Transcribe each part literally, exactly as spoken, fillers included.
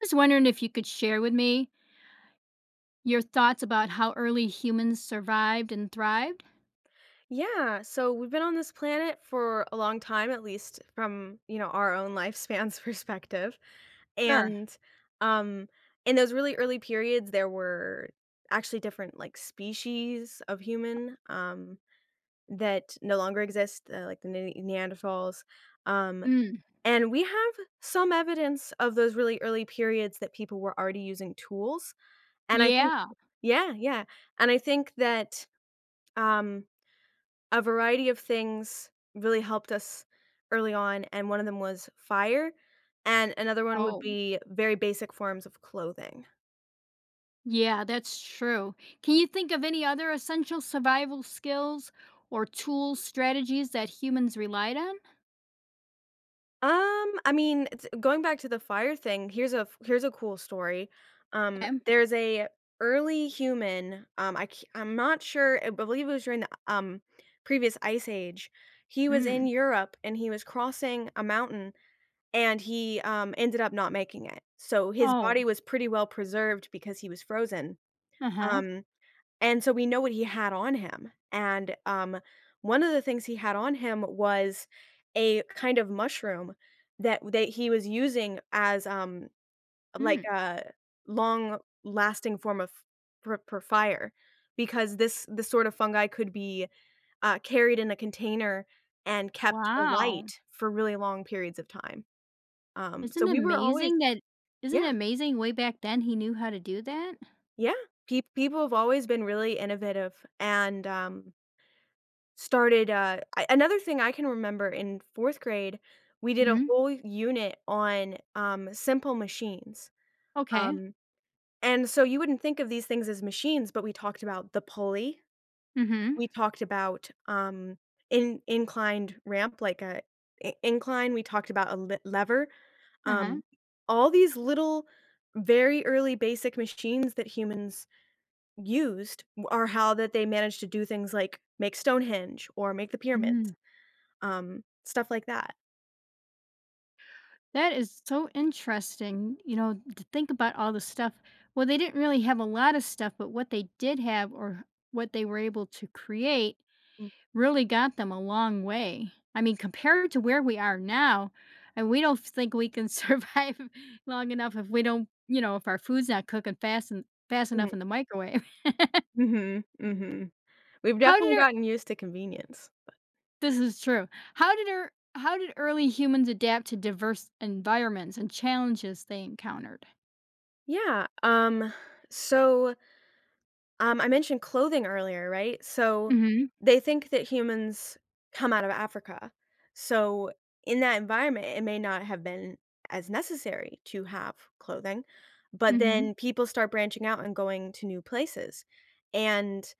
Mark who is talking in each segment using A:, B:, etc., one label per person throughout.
A: Was wondering if you could share with me your thoughts about how early humans survived and thrived?
B: Yeah, so we've been on this planet for a long time, at least from, you know, our own lifespan's perspective.
A: Sure.
B: And um in those really early periods there were actually different like species of human um that no longer exist, uh, like the Ne- Neanderthals. Um
A: Mm.
B: and we have some evidence of those really early periods that people were already using tools. And I think
A: Yeah.
B: yeah, yeah. And I think that um a variety of things really helped us early on, and one of them was fire, and another one would
A: Oh,
B: be very basic forms of clothing.
A: yeah, that's true. Can you think of any other essential survival skills or tools, strategies that humans relied on?
B: Um, I mean, it's going back to the fire thing, here's a f here's a cool story. Um,
A: Okay.
B: there's a early human, um, I c I'm not sure, I believe it was during the, um, previous ice age. He was in
A: Mm.
B: Europe, and he was crossing a mountain, and he, um, ended up not making it. So his
A: Oh,
B: body was pretty well preserved because he was frozen.
A: uh huh.
B: Um, and so we know what he had on him, and, um, one of the things he had on him was a kind of mushroom that that he was using as, um, like
A: Mm.
B: a long-lasting form of for for fire, because this this sort of fungi could be, uh, carried in a container and kept
A: Wow.
B: alight for really long periods of time. Um, so
A: Isn't it
B: we were always
A: amazing that? Isn't it
B: yeah,
A: amazing way back then he knew how to do that?
B: yeah. Peop people have always been really innovative and, um Started, uh I another thing I can remember in fourth grade, we did a
A: Mm-hmm.
B: whole unit on, um, simple machines,
A: Okay.
B: um, and so you wouldn't think of these things as machines, but we talked about the pulley,
A: Mm-hmm.
B: we talked about, um, in inclined ramp, like a I incline, we talked about a le lever,
A: Uh-huh.
B: um, all these little, very early basic machines that humans used w are how that they managed to do things like make Stonehenge or make the pyramids.
A: Mm.
B: Um, stuff like that.
A: That is so interesting, you know, to think about all the stuff. Well, they didn't really have a lot of stuff, but what they did have or what they were able to create
B: Mm,
A: really got them a long way. I mean, compared to where we are now, and we don't think we can survive long enough if we don't, you know, if our food's not cooking fast and fast
B: mhm,
A: enough in the microwave.
B: mhm, mhm. We've
A: How did
B: definitely
A: our
B: gotten used to convenience.
A: this is true. How did our how did early humans adapt to diverse environments and challenges they encountered?
B: Yeah, um, so, um, I mentioned clothing earlier, right? So,
A: Mm. Mhm.
B: they think that humans come out of Africa. So, in that environment, it may not have been as necessary to have clothing,
A: Mm.
B: but
A: Mhm.
B: then people start branching out and going to new places, and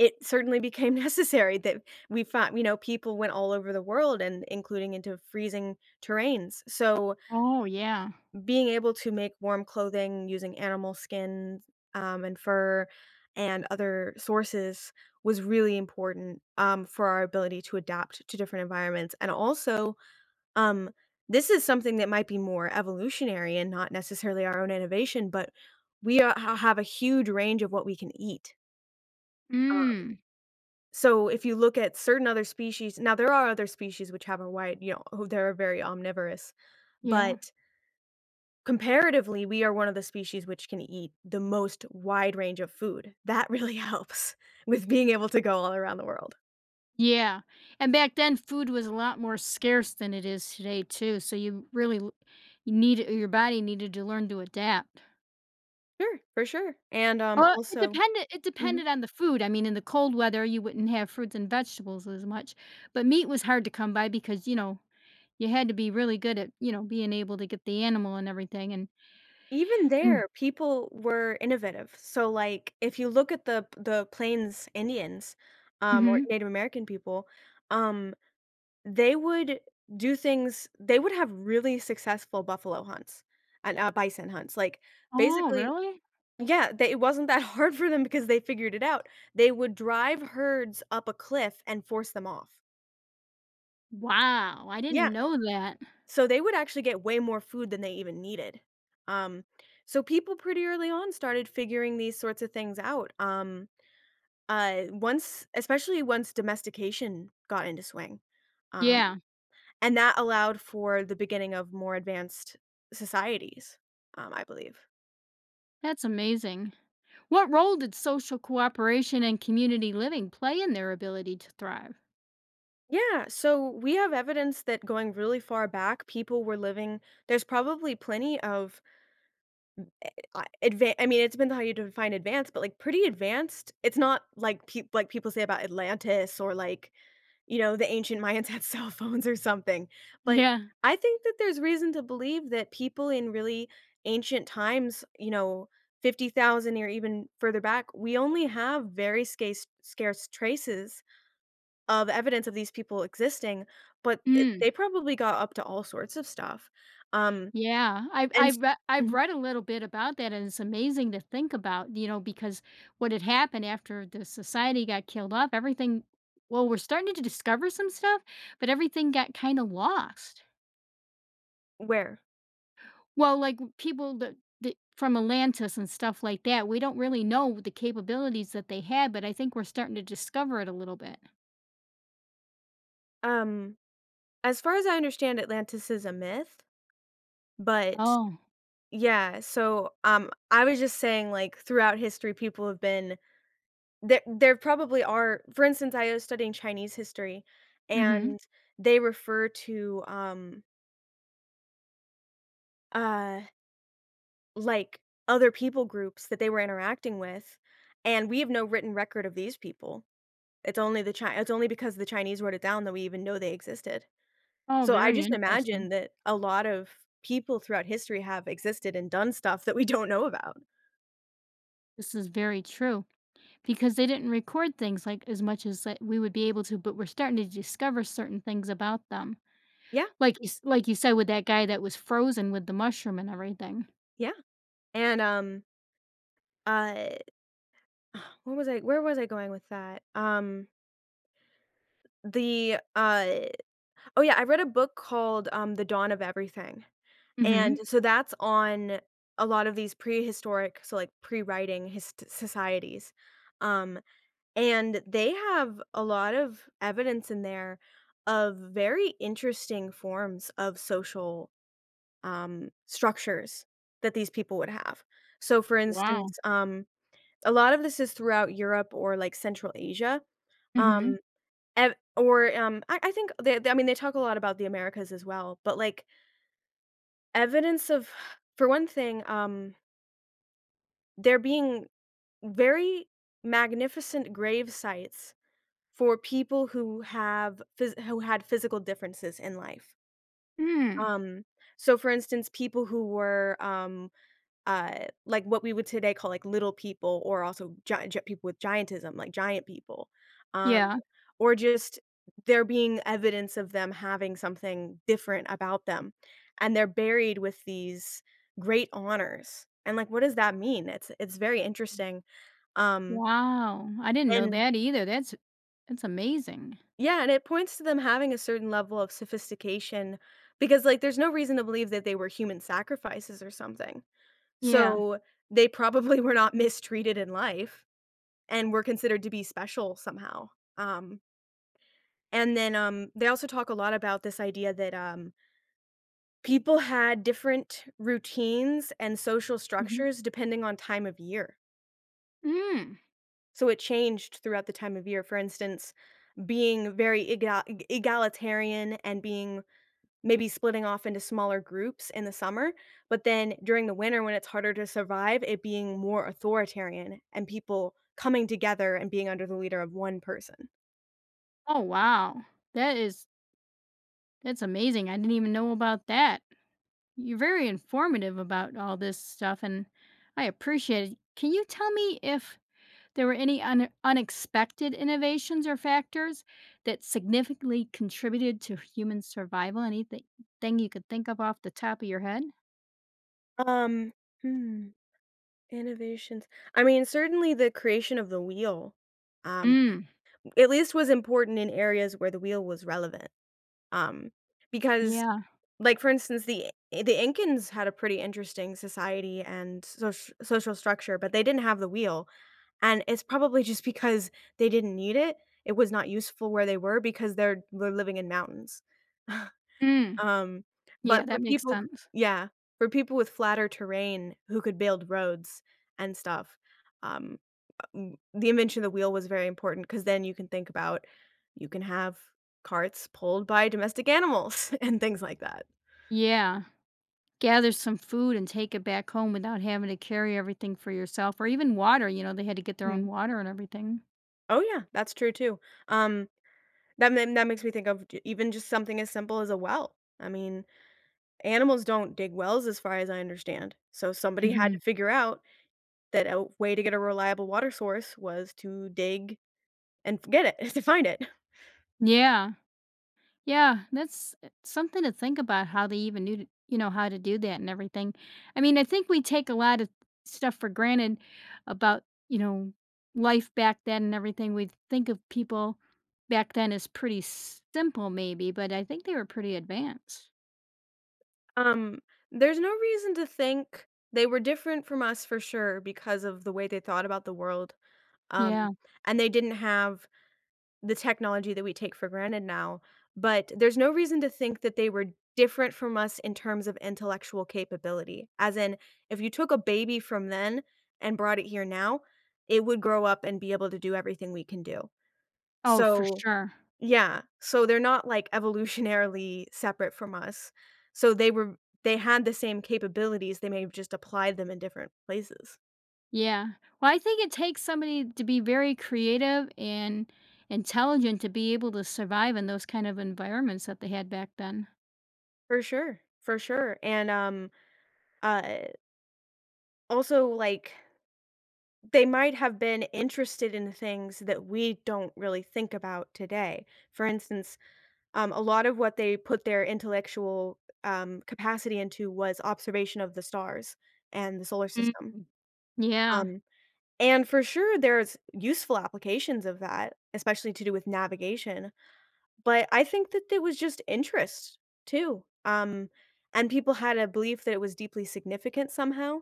B: it certainly became necessary that we found, you know, people went all over the world and including into freezing terrains. So,
A: Oh, yeah.
B: being able to make warm clothing using animal skin, um, and fur and other sources was really important, um, for our ability to adapt to different environments. And also, um, this is something that might be more evolutionary and not necessarily our own innovation, but we are ha have a huge range of what we can eat.
A: Mm,
B: So if you look at certain other species, now there are other species which have a wide, you know, who they're very omnivorous,
A: yeah.
B: but comparatively, we are one of the species which can eat the most wide range of food. That really helps with being able to go all around the world.
A: Yeah. And back then, food was a lot more scarce than it is today, too, so you really l you needed your body needed to learn to adapt.
B: Sure, for sure, and, um,
A: Well, it
B: also
A: depended it
B: mhm.
A: depended on the food. I mean, in the cold weather, you wouldn't have fruits and vegetables as much, but meat was hard to come by because, you know, you had to be really good at, you know, being able to get the animal and everything and
B: Even
A: and
B: there, people were innovative. So, like, if you look at the the Plains Indians, um, or
A: Mhm.
B: Native American people, um, they would do things, they would have really successful buffalo hunts and, uh, bison hunts, like,
A: Oh,
B: basically
A: really?
B: yeah, they, it wasn't that hard for them because they figured it out. They would drive herds up a cliff and force them off.
A: Wow, I didn't
B: Yeah,
A: know that.
B: so they would actually get way more food than they even needed. Um, so people pretty early on started figuring these sorts of things out, um, uh, once especially once domestication got into swing, um
A: Yeah,
B: and that allowed for the beginning of more advanced societies, um, I believe.
A: that's amazing. What role did social cooperation and community living play in their ability to thrive?
B: Yeah, so we have evidence that going really far back, people were living, there's probably plenty of, uh, advan I mean, it depends how you define advanced, but, like, pretty advanced. It's not like peop like people say about Atlantis or, like, you know, the ancient Mayans had cell phones or something, but
A: Yeah.
B: I think that there's reason to believe that people in really ancient times, you know, fifty thousand or even further back, we only have very scarce scarce traces of evidence of these people existing, but th
A: Mm,
B: they probably got up to all sorts of stuff. Um,
A: yeah. I've
B: and s
A: I've re- I've
B: Mhm.
A: read a little bit about that, and it's amazing to think about. You know, because what had happened after the society got killed off, everything. Well, we're starting to discover some stuff, but everything got kind of lost.
B: Where?
A: Well, like w- people that, that from Atlantis and stuff like that, we don't really know the capabilities that they had, but I think we're starting to discover it a little bit.
B: Um, as far as I understand, Atlantis is a myth, but
A: Oh.
B: yeah, so, um, I was just saying, like, throughout history, people have been, there there probably are, for instance, I was studying Chinese history,
A: Mm-hmm.
B: and they refer to, um, uh, like, other people groups that they were interacting with, and we have no written record of these people. It's only the Chi it's only because the Chinese wrote it down that we even know they existed.
A: Oh,
B: So I
A: very
B: just imagine
A: interesting.
B: that a lot of people throughout history have existed and done stuff that we don't know about.
A: This is very true because they didn't record things like as much as like, we would be able to, but we're starting to discover certain things about them.
B: Yeah,
A: Like you, s- like you said with that guy that was frozen with the mushroom and everything.
B: yeah, and, um Uh, what was I where was I going with that? Um, the, uh oh, yeah, I read a book called, um, The Dawn of Everything, and
A: Mhm.
B: so that's on a lot of these prehistoric, so, like, pre-writing his societies, um, and they have a lot of evidence in there of very interesting forms of social, um, structures that these people would have. So, for instance,
A: Wow.
B: um a lot of this is throughout Europe or, like, Central Asia,
A: Mhm.
B: um, ev or, um, I I think they they- I mean, they talk a lot about the Americas as well, but, like, evidence of, for one thing, um, there being very magnificent grave sites for people who have phys who had physical differences in life.
A: Mm.
B: Um, so, for instance, people who were, um, uh, like what we would today call like little people, or also giant, people with giantism, like giant people, um,
A: Yeah.
B: or just there being evidence of them having something different about them. And they're buried with these great honors. And like, what does that mean? It's it's very interesting. Um,
A: Wow. I didn't know
B: and
A: that either. That's that's amazing.
B: Yeah, and it points to them having a certain level of sophistication because, like, there's no reason to believe that they were human sacrifices or something.
A: Yeah.
B: So they probably were not mistreated in life and were considered to be special somehow. Um, and then, um, they also talk a lot about this idea that, um, people had different routines and social
A: Mhm.
B: structures depending on time of year.
A: Mm.
B: So it changed throughout the time of year. For instance, being very egal- e- egalitarian and being maybe splitting off into smaller groups in the summer, but then during the winter when it's harder to survive, it being more authoritarian and people coming together and being under the leader of one person.
A: Oh, wow. That is that's amazing. I didn't even know about that. You're very informative about all this stuff, and I appreciate it. Can you tell me if there were any un- unexpected innovations or factors that significantly contributed to human survival? Anything thing you could think of off the top of your head?
B: Um, hmm. Innovations. I mean, certainly the creation of the wheel, um,
A: Mm.
B: at least was important in areas where the wheel was relevant. Um, because,
A: Yeah.
B: like for instance, the eh, the Incans had a pretty interesting society and social social structure, but they didn't have the wheel, and it's probably just because they didn't need it. It was not useful where they were because they're they're living in mountains.
A: Mm.
B: Um,
A: Yeah,
B: but for
A: that makes
B: people who,
A: sense.
B: yeah, for people with flatter terrain who could build roads and stuff, um, uh, mm, the invention of the wheel was very important because then you can think about, you can have carts pulled by domestic animals and things like that.
A: Yeah. Gather some food and take it back home without having to carry everything for yourself or even water. You know, they had to get their own
B: Mhm.
A: water and everything.
B: Oh, yeah, that's true too. Um, that ma that makes me think of j even just something as simple as a well. I mean, animals don't dig wells as far as I understand, so somebody had
A: Hmm.
B: to figure out that a way to get a reliable water source was to dig and get it to find it.
A: Yeah. Yeah, that's uh, something to think about how they even knew, to, you know, how to do that and everything. I mean, I think we take a lot of stuff for granted about, you know, life back then and everything. We think of people back then as pretty simple, maybe, but I think they were pretty advanced.
B: Um, there's no reason to think they were different from us for sure because of the way they thought about the world, um,
A: Yeah.
B: and they didn't have the technology that we take for granted now, but there's no reason to think that they were different from us in terms of intellectual capability, as in, if you took a baby from then and brought it here now, it would grow up and be able to do everything we can do.
A: Oh, for
B: So
A: sure.
B: yeah, so they're not, like, evolutionarily separate from us. So they were, they had the same capabilities, they may have just applied them in different places.
A: Yeah. Well, I think it takes somebody to be very creative and intelligent to be able to survive in those kind of environments that they had back then.
B: For sure, for sure, and, um, uh, also, like, they might have been interested in things that we don't really think about today. For instance, um, a lot of what they put their intellectual, um, capacity into was observation of the stars and the solar
A: Mm.
B: system,
A: Yeah.
B: um and for sure, there's useful applications of that, especially to do with navigation, but I think that it was just interest too, um, and people had a belief that it was deeply significant somehow,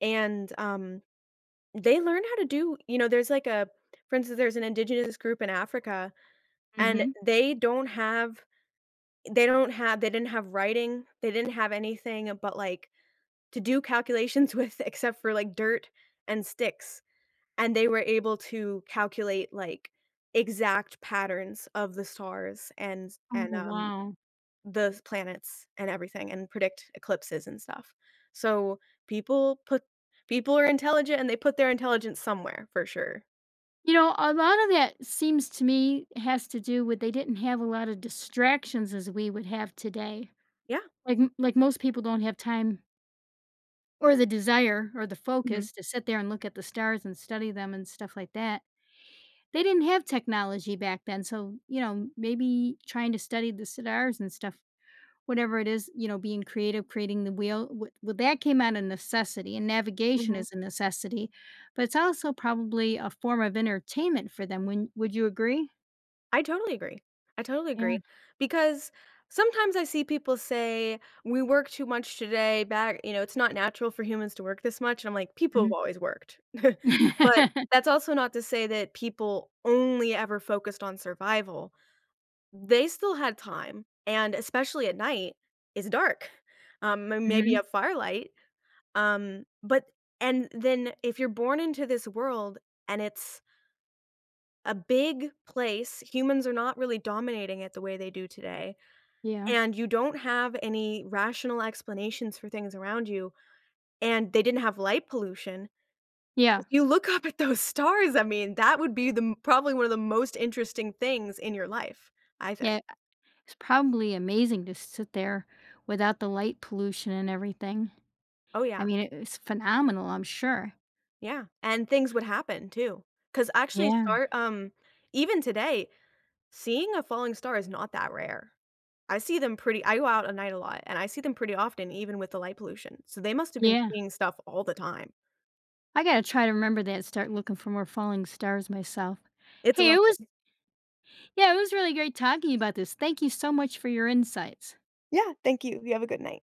B: and, um, they learn how to do, you know, there's like a, for instance, there's an indigenous group in Africa, and
A: Hmm.
B: they don't have, they don't have they didn't have writing, they didn't have anything but, like, to do calculations with except for, like, dirt and sticks. And they were able to calculate, like, exact patterns of the stars and
A: Oh,
B: and, um,
A: wow.
B: the s planets and everything and predict eclipses and stuff. So, people put, people are intelligent and they put their intelligence somewhere for sure.
A: You know, a lot of that seems to me has to do with they didn't have a lot of distractions as we would have today.
B: Yeah.
A: Like m like most people don't have time or the desire or the
B: Mhm.
A: focus to sit there and look at the stars and study them and stuff like that. They didn't have technology back then, so, you know, maybe trying to study the stars and stuff. Whatever it is, you know, being creative, creating the wheel, w well, that came out of necessity, and navigation
B: Mhm.
A: is a necessity, but it's also probably a form of entertainment for them. When would you agree?
B: I totally agree. I totally
A: Yeah,
B: agree because sometimes I see people say, "We work too much today." Back, you know, it's not natural for humans to work this much. And I'm like, people have
A: mhm.
B: always worked. But
A: Mhm,
B: that's also not to say that people only ever focused on survival. They still had time, and especially at night, it's dark. Um, m- maybe a firelight. Um, but And then if you're born into this world and it's a big place, humans are not really dominating it the way they do today,
A: yeah,
B: and you don't have any rational explanations for things around you, and they didn't have light pollution.
A: yeah,
B: If you look up at those stars, I mean, that would be the m probably one of the most interesting things in your life, I think.
A: yeah, it's probably amazing to sit there without the light pollution and everything.
B: Oh,
A: I
B: yeah.
A: mean, it it's phenomenal, I'm sure.
B: Yeah, and things would happen too, because actually
A: Yeah,
B: start um, even today, seeing a falling star is not that rare. I see them pretty, I go out at night a lot, and I see them pretty often even with the light pollution, so they must have been
A: yeah.
B: seeing stuff all the time.
A: I gotta try to remember that, start looking for more falling stars myself.
B: It's
A: Hey, it was
B: lovely.
A: Yeah, it was really great talking about this. Thank you so much for your insights.
B: Yeah, thank you. You have a good night.